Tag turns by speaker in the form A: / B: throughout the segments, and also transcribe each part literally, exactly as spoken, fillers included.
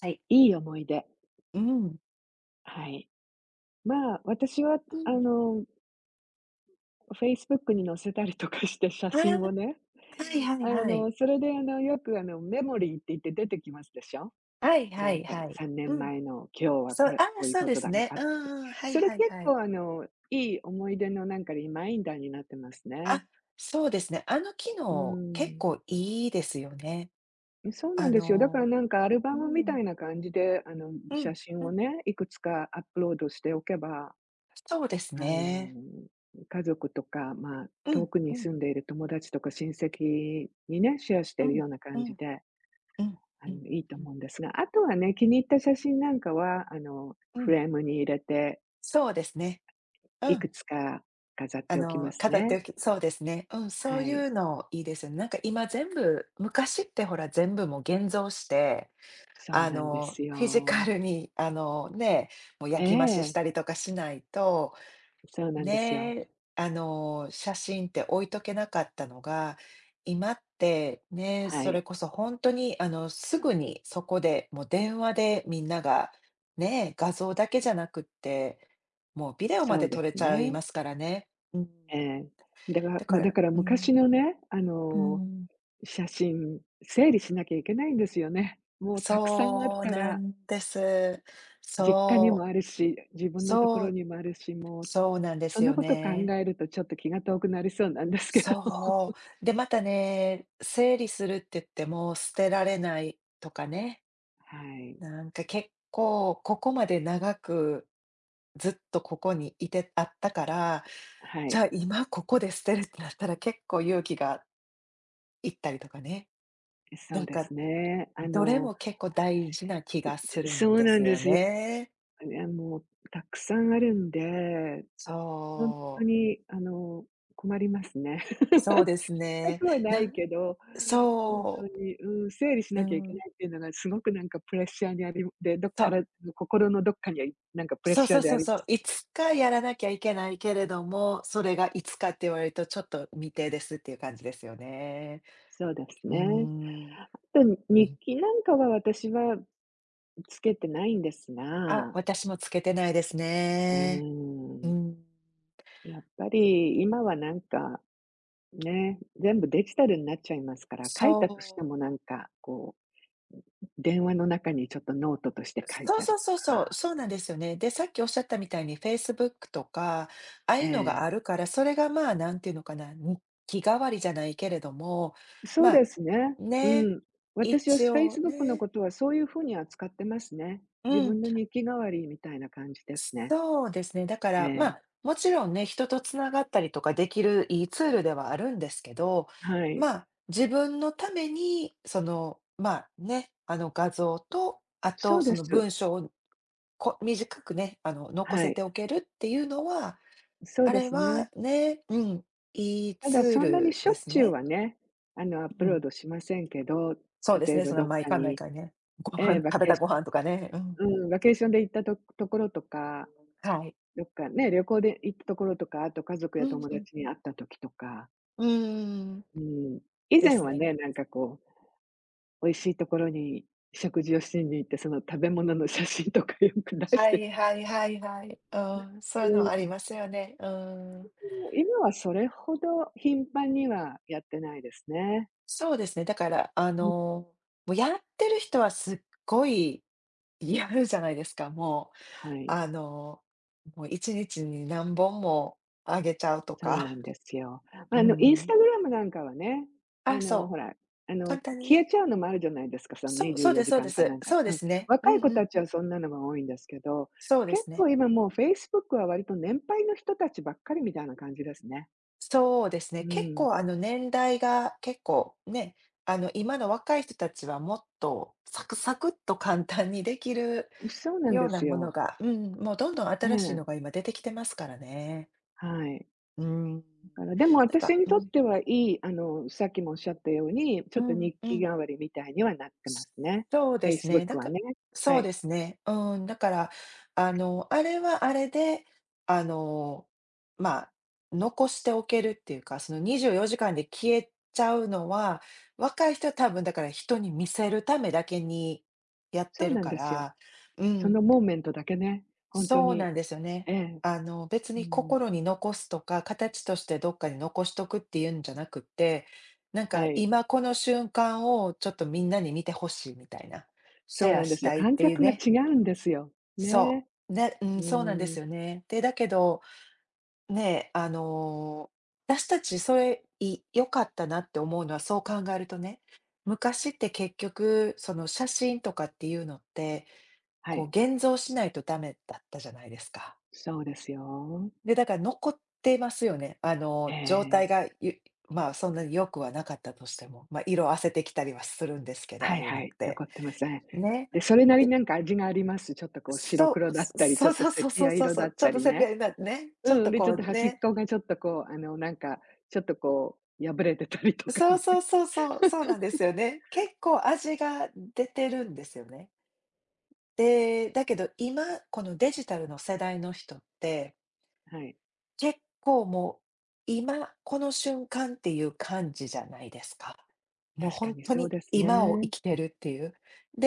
A: はい。
B: いい思い出、
A: うん。
B: はい。まあ、私は
A: う
B: あ
A: ん。
B: の、Facebook に載せたりとかして写
A: あ
B: 真をね、
A: あ、はいはい
B: あ
A: はい。
B: の、それであの、よくあの、メモリーって言って出てきますでしょ。
A: はい
B: な
A: は
B: ん
A: い
B: か
A: はい。
B: 3
A: う
B: 年
A: ん。
B: 前の今日は
A: そ
B: こ
A: う、
B: れ、
A: ああ、
B: こういう
A: そう
B: こ
A: で
B: と
A: す
B: だが
A: ね。
B: あっ
A: う
B: たと。
A: んうん。はい
B: それ
A: はい
B: 結
A: はい。
B: 構あの、いい思い出のなんかリマインダーになってますね。
A: あ、そうですね。あの機
B: うー
A: 能、結
B: ん。
A: 構いいですよね。
B: そうな
A: あ
B: んですよ。だから
A: の
B: なんかアルバ
A: う
B: ムみた
A: ん、
B: いな感じで、あの、
A: うん、
B: 写真
A: う
B: を
A: ん、
B: ね、いくつかアップロードしておけば、
A: そうです
B: あ
A: ね。
B: の、家族とか、まあ、
A: う
B: 遠
A: ん、
B: く
A: う
B: に
A: ん、
B: 住んでいる友達とか親戚にね、シェアして
A: う
B: いる
A: ん、
B: ような
A: う
B: 感じ
A: ん、
B: で、
A: うん、
B: あ
A: うん、
B: の、いいと
A: うん、
B: 思うんですが、あとはね、気に入った写真なんかは、あの、
A: う
B: フ
A: ん、
B: レームに入れて、
A: そうですね。う
B: い
A: ん。
B: くつか飾っ
A: あ
B: ておきま
A: の、
B: す
A: 片手
B: ね。
A: 置きそうですね。うん、そう
B: は
A: い
B: い。
A: うのいいですよね。なんか今全部昔ってほら、全部もう現像して
B: そう
A: あ
B: なんで
A: の、
B: す
A: フィジカ
B: よ。
A: ルに、あの、ね、もう
B: え
A: 焼き増しし
B: え、
A: たりとかしないと、
B: そうなんですよ。
A: ね、あの、写真って置いとけなかったのが、今って、ね、
B: は
A: それ
B: い。
A: こそ本当に、あの、すぐにそこで、もう電話でみんなが、ね、画像だけじゃなくって、もうビデオま
B: そう
A: で撮
B: で
A: れ
B: す
A: ちゃい
B: ね。
A: ますからね。うん。
B: ええ。だか
A: だ
B: ら
A: か
B: まあ、だ
A: ら、
B: から
A: うん、
B: 昔のね、あ
A: う
B: の
A: ん。
B: 写真、整理しなきゃいけないんですよね。もうたくさんある
A: そう
B: か
A: な
B: ら、
A: んです。
B: 実家にも
A: そう、
B: あるし、自分のとこ
A: そ
B: ろ
A: う
B: にもあるし、もう、
A: そうなんで
B: そ
A: す
B: の
A: よ
B: こと考
A: ね。
B: えるとちょっと気が遠くなりそうなんですけど。
A: そう。で、またね、整理するって言っても捨てられないとかね、
B: はい、
A: なんか結構ここまで長くずっとここにいてあったから、
B: は
A: じ
B: い。
A: ゃあ今ここで捨てるってなったら結構勇気がいったりとかね。な
B: そう
A: ん
B: で
A: か
B: すね。あ
A: どれ
B: の、
A: も結構大事な気がする
B: そ
A: ん
B: う
A: で
B: なん
A: す
B: で
A: よ
B: すよ。
A: ね。
B: あもうたくさんあるんで、本当
A: そう。
B: にあの、困りますね。
A: そうで
B: 全
A: すね。
B: くはな
A: な
B: い
A: ん
B: けど、ほんと
A: そ
B: に、うん、整理し
A: う、う
B: なきゃいけ
A: ん、
B: ないっていうのがすごくなんかプレッシャーにありで、どっ
A: そ
B: か
A: う。
B: ら心のどっかになんかプレッ
A: そう
B: シャ
A: そ
B: ー
A: う
B: で
A: そ
B: あ
A: う
B: りま
A: そう。
B: す。
A: いつかやらなきゃいけないけ
B: う
A: れ
B: ん、
A: ども、それがいつかって言われるとちょっと未定ですっていう感じですよね。
B: そうです
A: うー
B: ね。
A: ん。
B: と
A: う
B: 日
A: ん。
B: 記なんかは私はつけてないんです
A: あ、
B: が、
A: 私もつけてないです
B: うー
A: ね。う
B: ん、
A: ん。
B: やっぱり今はなんか、ね、全部デジタルになっちゃいますから、書い
A: そ
B: たとしても
A: う。
B: なんかこう電話の中にちょっとノートとして書い
A: そう
B: た
A: そ
B: り
A: う
B: と
A: そうそう、
B: か、
A: そうなんですよね。で、さっきおっしゃったみたいに Facebook とか、ああ
B: え
A: いうのが
B: え。
A: あるから、それがまあ、なんていうのかな、日記代わりじゃないけれども、
B: そ
A: ま
B: うで
A: あ、
B: すね。う
A: ね、
B: ん。私は
A: 一
B: ス
A: 応
B: Facebook の
A: ね、
B: ことはそういうふうに扱ってますね。自
A: うん。
B: 分の日記代わりみたいな感じですね。
A: そうですね。だか
B: え
A: ら、ま
B: え、
A: あ、もちろんね、人とつながったりとかできるいいツールではあるんですけど、
B: は
A: ま
B: い。
A: あ、自分のために、その、まあね、あの画像と、あと
B: そう
A: そ
B: で
A: の
B: す。
A: 文章をこ短くね、あの、残
B: は
A: せて
B: い。
A: おけるっていうのは、
B: そう
A: あ
B: で
A: れ
B: す
A: は
B: ね。
A: ね、うん、いい
B: た
A: ツ
B: だ
A: ー
B: そんなに
A: ル
B: しょ
A: で
B: っ
A: す
B: ちゅう
A: ね。
B: はね、あの、アッ
A: う
B: プロー
A: ん。
B: ドしませんけど、
A: そうで
B: 例
A: す
B: え
A: ね、
B: ば
A: その
B: どっ
A: 毎
B: か
A: 回毎
B: に、
A: 回ね、ご
B: え
A: 飯、
B: え、バ
A: 食べ
B: ケー
A: た
B: シ
A: ご飯とかね、うん。
B: ョンうん、バケーションで行ったとところとか、
A: はい。
B: どっかね、旅行で行ったところとか、あと家族
A: う
B: や
A: ん
B: 友
A: うん。
B: 達に会った時とか、
A: うーん、
B: うん。以
A: で
B: 前
A: す
B: は
A: ね。
B: ね、なんかこ美味しいところに食事をしに行って、その食べ物の写真とかよく出し
A: は
B: て
A: いはいはいはい。うん、そういう
B: う
A: の
B: ん、
A: ありますよね。うん。
B: 今はそれほど頻繁にはやってないですね。
A: そうですね、だから、あ
B: うん。
A: の、もうやってる人はすっごいやるじゃないですか、もう、
B: はい、
A: あの、もういちにちに何本もあげちゃうと
B: そうな
A: か。
B: んですよ。
A: う
B: あの、インス
A: ん。
B: タグラムなんかはね、
A: あ、
B: あの、
A: そ
B: ほら、あ
A: う、
B: の、
A: 簡単に
B: 消え
A: ね。
B: ちゃうのもあるじゃないですか、その
A: そう、
B: 24
A: そうです
B: 時
A: そうで
B: 間かんか
A: す。
B: なんか
A: そうで
B: うん、
A: すね。うん
B: 若い子
A: うん
B: た
A: う
B: ち
A: ん。
B: はそんなのが多いんですけど、
A: そうで
B: 結
A: すね。
B: 構今もう Facebook は割と年配の人たちばっかりみたいな感じですね。
A: そうですね。結
B: う
A: 構あの年代が結構ね、あの今の若い人たちはもっとサクサクっと簡単にできる
B: ん、そうなん
A: よう
B: で
A: な
B: す
A: もの
B: よ。
A: が、うん、もうどんどん
B: え
A: 新しいの
B: え、
A: が今出てきてますからね。
B: はい。
A: うん。な
B: からでも
A: ん
B: 私
A: か、
B: に
A: う
B: とっ
A: ん、
B: てはいい、あの、さっきもおっしゃったように、ち
A: う
B: ょっと
A: ん、
B: 日
A: う
B: 記
A: ん。
B: 代わりみたいにはなってますね。
A: そうですね。だ
B: Facebook は
A: か
B: ね。
A: そ
B: は
A: う
B: い。
A: ですね。うん、だから、あの、あれはあれで、あの、まあ、残しておけるっていうか、そのにじゅうよじかんで消えちゃうのは、若い人は多分だから人に見せるためだけにやって
B: そう
A: る
B: なん
A: か
B: ですよ。
A: ら、う
B: そ
A: ん。
B: のモーメントだけね、本当
A: そうな
B: に。
A: んですよね。
B: ええ、
A: あの、別
B: う
A: に
B: ん。
A: 心に残すとか、形としてどっかに残しとくっていうんじゃなくって、なん
B: は
A: か
B: い。
A: 今この瞬間をちょっとみんなに見てほしいみたいな、シ
B: そう
A: ェア
B: なんで
A: し
B: すよ。
A: たいっ
B: 感
A: ていう
B: 覚が
A: ね。
B: 違うんですよ。
A: そ
B: ね。
A: う。ね、うん、
B: う
A: そうなんで
B: ん。
A: すよね。で、だけど、ね、あの、私たちそれ、い良かったなって思うのはそう考えるとね、昔って結局、その写真とかっていうのって、
B: は
A: こう
B: い。
A: 現像しないとダメだったじゃないですか。
B: そうですよ。
A: で、だから残ってますよね。あ
B: え
A: の、状態
B: え。
A: がゆまあ、そんなに良くはなかったとしても、まあ、色褪せてきたりはするんですけど、あ
B: は
A: あ
B: い
A: いうの
B: は
A: っ
B: い、
A: て。
B: 残ってます。ん。
A: ね。
B: で、それなりに
A: で
B: なんか味があります。ちょっとこう白
A: そ
B: 黒
A: う、
B: だっ
A: そ
B: たり、ち
A: そ
B: ょ
A: う
B: っと
A: そう
B: セ
A: そ
B: ピ
A: う
B: ア
A: そう
B: 色
A: そ
B: だっ
A: う、ちょっ
B: た
A: と
B: り
A: セピ
B: ね。
A: アになってね、ちょっ
B: うん、
A: と
B: で、ち
A: こ
B: ょっと
A: う
B: 端っ
A: ね。
B: こがちょっとこう、あの、なんか、ちょっとこう、破れてたりとか
A: そう
B: ね。
A: そう そうそう、そうなんですよね。結構味が出てるんですよね。で、だけど今、このデジタルの世代の人って
B: はい。
A: 結構もう、今この瞬間っていう感じじゃないですか。もう
B: 確か
A: 本
B: に
A: 当
B: そう
A: に
B: です
A: 今を生
B: ね。
A: きてるっていう。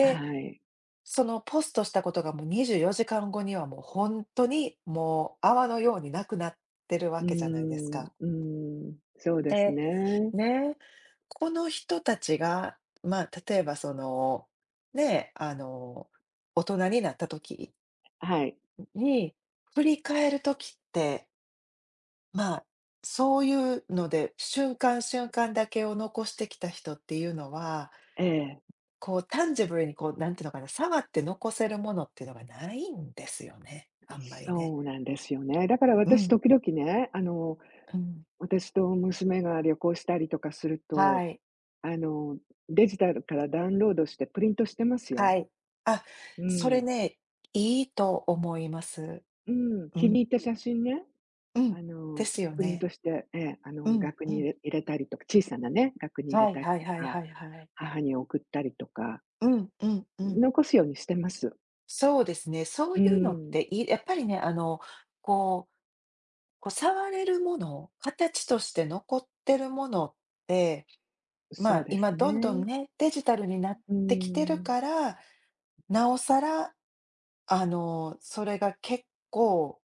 B: はい。
A: そのポストしたことがもうにじゅうよじかんごにはもう本当にもう泡のようになくなってるわ
B: うー
A: けじゃないです
B: ん、う
A: か。
B: ーん、そうです
A: で、
B: ね。
A: ね、この人たちが、まあ、例えばその、ね、あの、大人になった時
B: はい。
A: に、振り返る時ってまあ、そういうので、瞬間瞬間だけを残してきた人っていうのは、
B: ええ、
A: こう、タンジブルにこう、なんていうのかな、触って残せるものっていうのがないんですよね、あんまりね。
B: そうなんですよね。だから
A: う
B: 私
A: ん、
B: 時々ね、あの、
A: うん。
B: 私と娘が旅行したりとかする
A: は
B: と、
A: い、
B: あの、デジタルからダウンロードしてプリントしてます
A: は
B: よ。
A: い。あ、
B: う
A: それ
B: ん。
A: ね、いいと思います。
B: うん、
A: う
B: 気
A: ん、
B: に入った写真ね
A: うん。
B: あ
A: で
B: の、
A: すよ
B: プリン
A: ね。
B: トして、ええ、あ
A: う
B: の、
A: ん、
B: 額
A: う
B: に入
A: ん。
B: れ入れたりとか、小さなね、額に入れ
A: はい
B: たり
A: はい
B: と
A: はいは
B: か、
A: いはい。
B: 母に送ったりとか、
A: うん、うん、うん。
B: 残すようにしてます。
A: そうですね、そう
B: う
A: いうのっ
B: ん、
A: ていいやっぱりね、あの、こうこう触れるもの、形として残ってるものって、ま
B: そう
A: あ、
B: です
A: 今どんどん
B: ね。
A: ね、デジタルになっ
B: う
A: てきてる
B: ん。
A: から、なおさら、あの、それが結構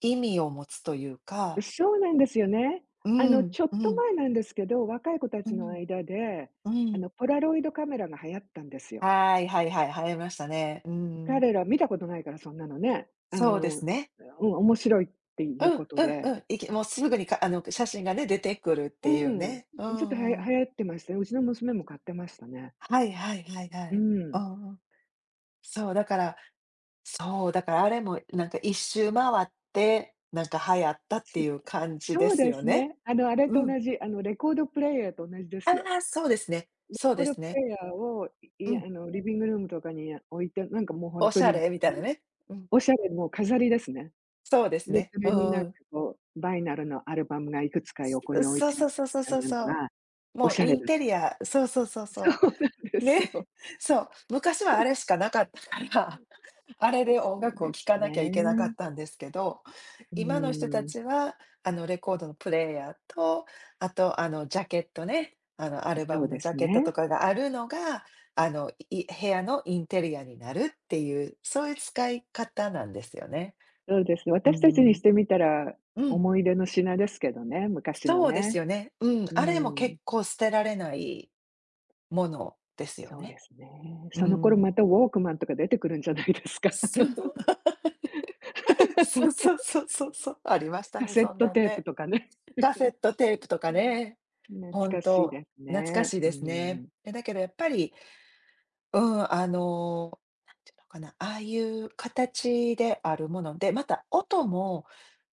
A: 意味を持つというか、
B: そうなんですよね。
A: う
B: あの、
A: ん、
B: ちょ
A: う
B: っと
A: ん、
B: 前なんですけど、若い子た
A: う
B: ちの
A: ん、
B: 間で、
A: う
B: あ
A: ん。
B: の、ポラロイドカメラが流行ったんですよ。
A: はい、はいはい、流行りましたね。うん。
B: 彼ら見たことないから、そんなのね。あ
A: そうで
B: の、う
A: す
B: ん、
A: ね。
B: 面白いって
A: う
B: い
A: ん、
B: う
A: うん、
B: こと
A: う
B: で。
A: ん。いきもうすぐにかあの、写真がね、出てくるっ
B: う
A: ていう
B: ん、
A: ね。う
B: ちょっとはや流
A: ん
B: 行ってましたね。うちの娘も買ってましたね。
A: はいはいはいは
B: う
A: い。う
B: ん。
A: ん。そう、だから、そう、だからあれもなんか一周回って、なんか流行ったって
B: す
A: いう感じで
B: そう
A: す
B: で
A: よ
B: す
A: ね。
B: ね。あの、あれ
A: う
B: と
A: ん。
B: 同じ、あの、レコードプレイヤーと同じです
A: あ
B: よ。
A: あ、そうですね。
B: レ
A: そう
B: コー
A: で
B: ド
A: す
B: プ
A: ね。
B: レイヤーを、
A: う
B: い
A: ん。
B: あの、リビングルームとかに置いて、なんかもう
A: お
B: 本当
A: しゃ
B: に、
A: れみた
B: あ
A: いな
B: の、
A: ね。うん。
B: おしゃれもう飾りですね。
A: そうです
B: で、
A: ね。
B: そ
A: う
B: れに
A: ん
B: なん
A: う
B: か
A: ん。
B: こう、バイナルのアルバムがいくつか横
A: う、
B: に置い
A: そう
B: てあっ
A: そうそ
B: て
A: う
B: み
A: そう
B: たい
A: そう
B: なの
A: そう。
B: が、お
A: もう
B: しゃ
A: イ
B: れ
A: ン
B: だ
A: テリアそうそうそう
B: そ
A: そ
B: うなんで
A: う。
B: す
A: ね、
B: よ。
A: そう、昔はあれしかなかったからあれで音
B: そう
A: 楽を
B: で
A: 聴
B: す
A: かなきゃいけなか
B: ね。
A: ったんですけど、
B: う
A: 今の人た
B: ん。
A: ちは、あの、レコードのプレイヤーと、あと、あの、ジャケットね、あの、アルバ
B: そ
A: ム
B: うで
A: のジャ
B: す
A: ケットと
B: ね。
A: かがあるのが、あの、い部屋のインテリアになるっていう、そういう使い方なんですよね。
B: そうです。
A: うー
B: 私たちにし
A: ん、
B: てみたら、
A: うん、
B: 思い出の品ですけどね、昔の
A: そうです
B: ね。
A: よね。うん、
B: う
A: あれも結
B: ん。
A: 構捨てられないものですよ
B: そう
A: ね。
B: ですね。
A: う
B: その頃
A: ん。
B: またウォークマンとか出てくるんじゃないですか。
A: そう、そう そうそうそうそう、ありました
B: カ
A: ね、
B: セッ
A: そん
B: ト
A: なん
B: テープ
A: ね。
B: とかね。
A: カセッ トテープとかね、
B: 懐
A: ほん
B: かしい
A: と、
B: です
A: 懐か
B: ね。
A: しい
B: う
A: ですね。
B: ん。
A: え、だけどやっぱり、うん、あの、なんていうのかな、ああいう形であるもので、また音も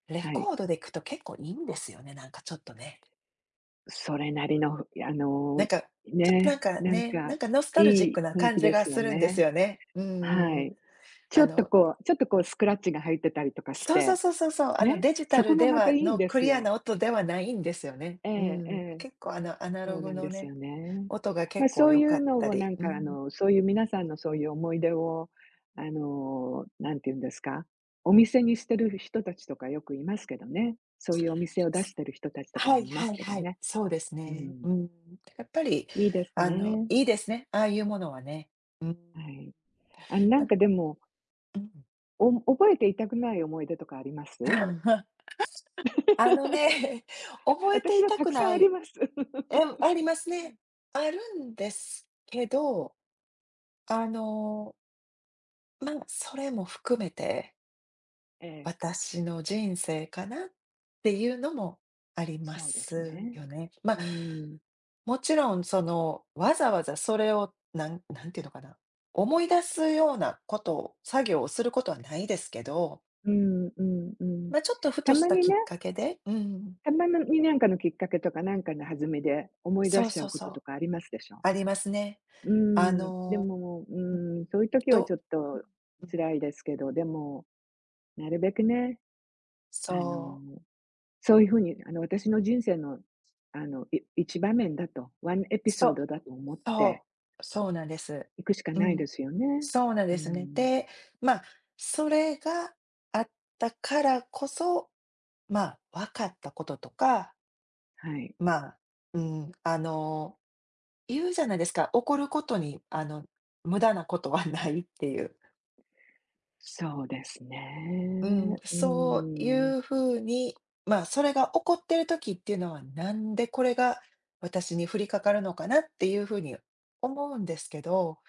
A: レ
B: はい。
A: コードで聞くと結構いいんですよね、なんかちょっとね。
B: それなりの、あ
A: なん
B: の、
A: か、ちょっとなん
B: ね、
A: か
B: なん
A: ね、なん
B: か
A: かノスタルジッ
B: い
A: ク
B: い
A: な
B: 雰囲
A: 感
B: 気
A: じ
B: で
A: が
B: す
A: す
B: よ
A: るんです
B: ね。
A: よね。うんうんう
B: は
A: ん。
B: い。ち
A: あ
B: ょっと
A: の
B: こうちょっとこうスクラッチが入ってたりとかし
A: そうそう
B: て、
A: そうそうそう。あの、
B: ね、
A: デジタ
B: そこ
A: ル
B: が
A: で
B: また
A: は
B: いいん
A: の
B: で
A: ク
B: す
A: リア
B: よ。
A: な音ではないんですよね。
B: え
A: う
B: ええ
A: ん。
B: え。
A: 結構あの、アナ
B: そ
A: ロ
B: うな
A: グ
B: ん
A: の
B: です
A: ね、
B: よね。
A: 音が
B: ま
A: 結
B: あ、
A: 構
B: そう
A: 良
B: い
A: か
B: う
A: っ
B: の
A: た
B: をな
A: り。
B: ん
A: う
B: かあ
A: ん。
B: の、そういう皆さんのそういう思い出を、あの、なんて言うんですか、お店にしてる人たちとかよくいますけどね。そういうお店を出してる人たちとか
A: はい
B: もいます
A: はい
B: けど
A: はい。
B: ね。
A: そうです
B: う
A: ね。
B: ん。
A: うん。やっぱり、
B: いいです
A: あの、
B: ね。
A: いいですね。ああいうものはね。うん。
B: はい。あなん
A: あ、
B: かでも、
A: うん
B: お覚えていたくない思い出とかあります？
A: あの ね、覚えて
B: 私
A: い
B: は
A: た
B: た
A: く
B: くさん
A: な
B: あり
A: い。
B: ます。
A: え、ありますね。あるんですけど、あの、まあ、それも含めて
B: ええ、
A: 私の人生かなっていうのもありま
B: そうです
A: す
B: ね。
A: よね。ま、あ
B: うん。
A: もちろんその、わざわざそれをなんなんていうのかな、思い出すようなことを、作業をすることはないですけど、
B: うんうんうん。
A: まあ、ちょっとふ
B: た
A: とし
B: ま
A: た
B: に
A: き
B: ね
A: っかけでうん、
B: たまのになんかのきっかけとか、なんかの弾みで思い出
A: そう
B: しちゃ
A: そう
B: うこ
A: そ
B: と
A: う、
B: とかありますでしょ？
A: ありますね。
B: う
A: あ
B: ん、で
A: の、
B: も、う
A: うん
B: ん、そういう時はちょ
A: と、
B: っと
A: うん、
B: 辛いですけど、でも、なるべくね、あの、
A: そう。
B: そういう風に、あの、私の人生の、あの、い一場面だと、ワンエピ
A: そ
B: ソー
A: う、
B: ドだと思って
A: そう、そうなんです。
B: いくしか
A: う
B: ない
A: ん。
B: ですよね。
A: そうなん
B: う
A: ですね。
B: ん、
A: で、まあ、それがあったからこそ、まあ、分かったこととか、
B: はい。
A: まあ、うん、あの、言うじゃないですか、怒ることに、あの、無駄なことはないっていう。
B: そうです
A: うん、
B: ね。う
A: そうい
B: ん、
A: うふうに、まあ、それが起こってる時っていうのは、なんでこれが私に降りかかるのかなっていうふうに思うんですけど、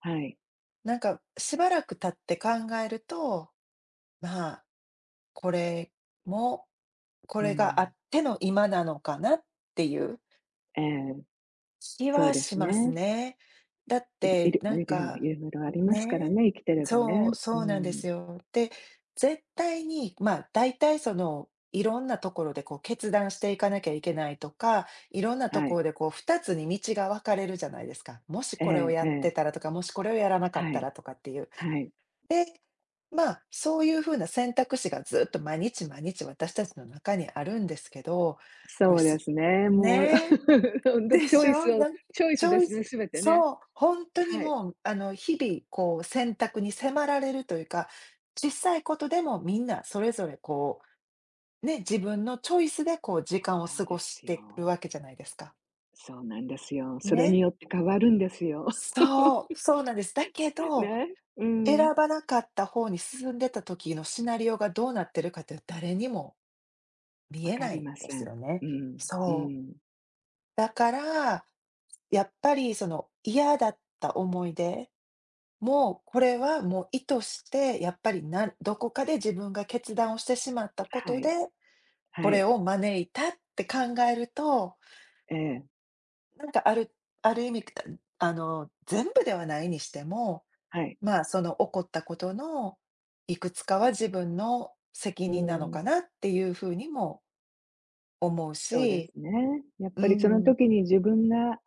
B: はい。
A: なんか、しばらく経って考えると、まあ、これもこ
B: う
A: れがあっ
B: ん。
A: ての今なのかなっていう
B: ええ、
A: 気
B: そう
A: は
B: で
A: し
B: す
A: ます
B: ね。
A: ね。だっ
B: いい
A: て、
B: る
A: なん
B: いるよね、
A: か、
B: いろいろありますから
A: ね、
B: ね、生きてれば
A: そう、
B: ね。う
A: そうなんで
B: ん。
A: すよ。で、絶対に、まあ、大体その、いろんなところでこう決断していかなきゃいけないとか、いろんなと
B: は
A: こ
B: い。
A: ろでこうふたつに道が分かれるじゃないですか。もし
B: え
A: これを
B: え
A: や
B: え
A: っ
B: え。
A: てたらとか、もしこれをやらなかっ
B: は
A: た
B: い。
A: らとかっていう。
B: はい。
A: で、まあ、そういうふうな選択肢がずっと毎日毎日私たちの中にあるんですけど、これ
B: そうで
A: す
B: すね。もう、
A: ねえ、
B: ほん と
A: で
B: チョ
A: し
B: イス
A: ょ？
B: を
A: なん
B: チョイ
A: チ
B: スで
A: ョイ
B: すね、
A: ス
B: 全てね。
A: そう、本当に
B: はい。
A: もう、あの、日々こう選択に迫られるというか、小さいことでもみんなそれぞれこう、ね、自分のチョイスでこう時
B: そう
A: 間を
B: な
A: 過
B: ん
A: ご
B: で
A: し
B: す
A: てるわ
B: よ。
A: けじゃないですか。
B: そうなんですよ。それ
A: ね、
B: によって変わるんですよ。
A: そう、そうなんです。だけど
B: ね、う
A: 選
B: ん。
A: ばなかった方に進んでた時のシナリオがどうなってるかって誰にも見
B: わ
A: え
B: か
A: ない
B: り
A: ん
B: ま
A: で
B: せ
A: す
B: ん。
A: よ
B: う
A: ね。
B: ん、う
A: そう。
B: ん。
A: だから、やっぱりその嫌だった思い出も、これはもう意図して、やっぱりなどこかで自分が決断をしてしまったこ
B: は
A: と
B: い、
A: で、こ
B: は
A: れ
B: い。
A: を招いたって考えると、
B: ええ、
A: なんかあるある意味、あの、全部ではないにしても、
B: はい。
A: まあ、その起こったことのいくつかは自分の責
B: う
A: 任なのか
B: ん、
A: なっていうふうにも思う
B: そうで
A: し、
B: すね。やっ
A: う
B: ぱりその
A: ん、
B: 時に自分が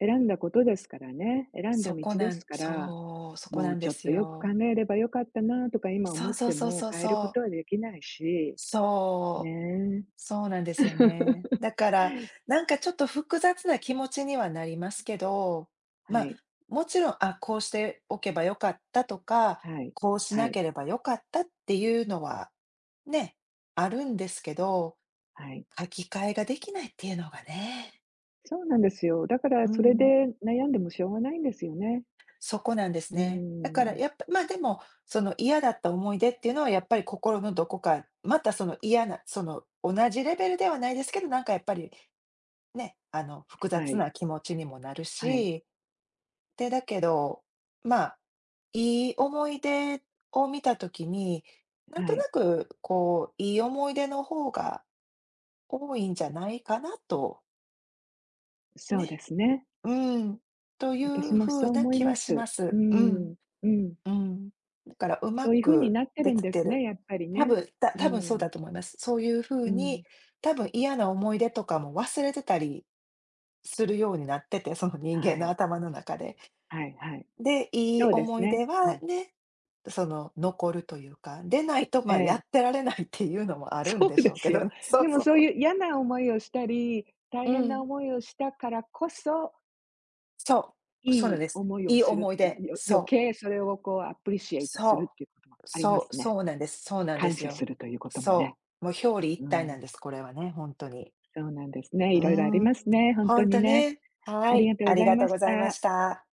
B: 選んだことですからね、選んだ
A: そ
B: 道
A: こ
B: で
A: なん
B: すから、
A: そう、そこ
B: も
A: な
B: う
A: んで
B: ちょっ
A: す
B: とよく考
A: よ。
B: えればよかったなとか今
A: そ
B: 思
A: う
B: っ
A: そう
B: て
A: そう
B: も
A: そう
B: 変えるこ
A: そう。
B: とはできないし、
A: そう、
B: ね
A: そうなんで
B: え。
A: すよね。だから、なんかちょっと複雑な気持ちにはなりますけど、ま
B: は
A: あ、
B: い、
A: もちろん、あ、こうしておけばよかったとか、
B: はい、
A: こうし
B: は
A: な
B: い、
A: ければよかったっていうのは、ね、あるんですけど、
B: はい。
A: 書き換えができないっていうのがね。
B: そうなんですよ。だから
A: う
B: それ
A: ん。
B: で悩んでもしょうがないんですよね。
A: そこなんです
B: うー
A: ね。だから
B: ん。
A: やっぱ、ま、でも、その嫌だった思い出っていうのはやっぱり心のどこか、またその嫌な、その同じレベルではないですけど、なんかやっぱりね、あの、複
B: は
A: 雑
B: い、
A: な気持ちにもなる
B: はい、
A: し、で、だけど、まあ、いい思い出を見たときに、なん
B: は
A: と
B: い。
A: なくこう、いい思い出の方が多いんじゃないかなと、
B: そうで
A: ね。
B: すね。
A: うん、とい
B: 私
A: う
B: も
A: 風
B: そう
A: な
B: 思い
A: 気は
B: ま
A: し
B: す。
A: ます。
B: う
A: うん、
B: ん、うん。
A: うん。だからうま
B: そういうふうに
A: く
B: なって
A: で
B: るん
A: き
B: で
A: て
B: すね、
A: る。
B: やっぱり
A: 多
B: ね。
A: 分、た
B: う
A: 多分そう
B: ん、
A: だと思います。そういう
B: う
A: 風に、
B: ん。
A: 多分嫌な思い出とかも忘れてたりするようになってて、その人間
B: は
A: の
B: い。
A: 頭の中で。
B: はいはい。
A: で、いい
B: そうです
A: 思い
B: ね。
A: 出
B: う
A: は
B: ん。
A: ね、その残るというか、でないと、
B: え
A: ま、やっ
B: え。
A: てられないっていうのもあ るん
B: そ
A: で
B: う
A: し
B: で
A: ょうけ
B: す
A: ど
B: よ。
A: ね、そう
B: でも
A: そう
B: そ
A: そ
B: う
A: う。
B: いう嫌な思いをしたり、
A: う
B: 大変な
A: ん、
B: 思いをしたからこそ、
A: そう、そう
B: い
A: なん
B: い
A: です。
B: 思い
A: い
B: を
A: い
B: する
A: 思
B: っ
A: い
B: て、
A: 出、
B: よ
A: そ
B: 余
A: う。
B: 計それをこうアプリシエイトする
A: そ
B: っていうことも
A: う。
B: ありま
A: そう
B: すね。
A: そうなんです。そうなんで
B: 感
A: す
B: 謝す
A: よ。
B: るということもね。
A: そう。もう表裏一
B: う
A: 体な
B: ん、
A: んです、これはね、ほんとに。
B: そうなんですね。
A: う
B: いろいろあり
A: ーん。
B: ますね、ほん
A: ほ
B: と
A: ん
B: に
A: と
B: ね。
A: ね。
B: あ
A: は
B: り
A: い、
B: がとうご
A: あり
B: ざい
A: が
B: ま
A: とう
B: し
A: ございまし
B: た。
A: た。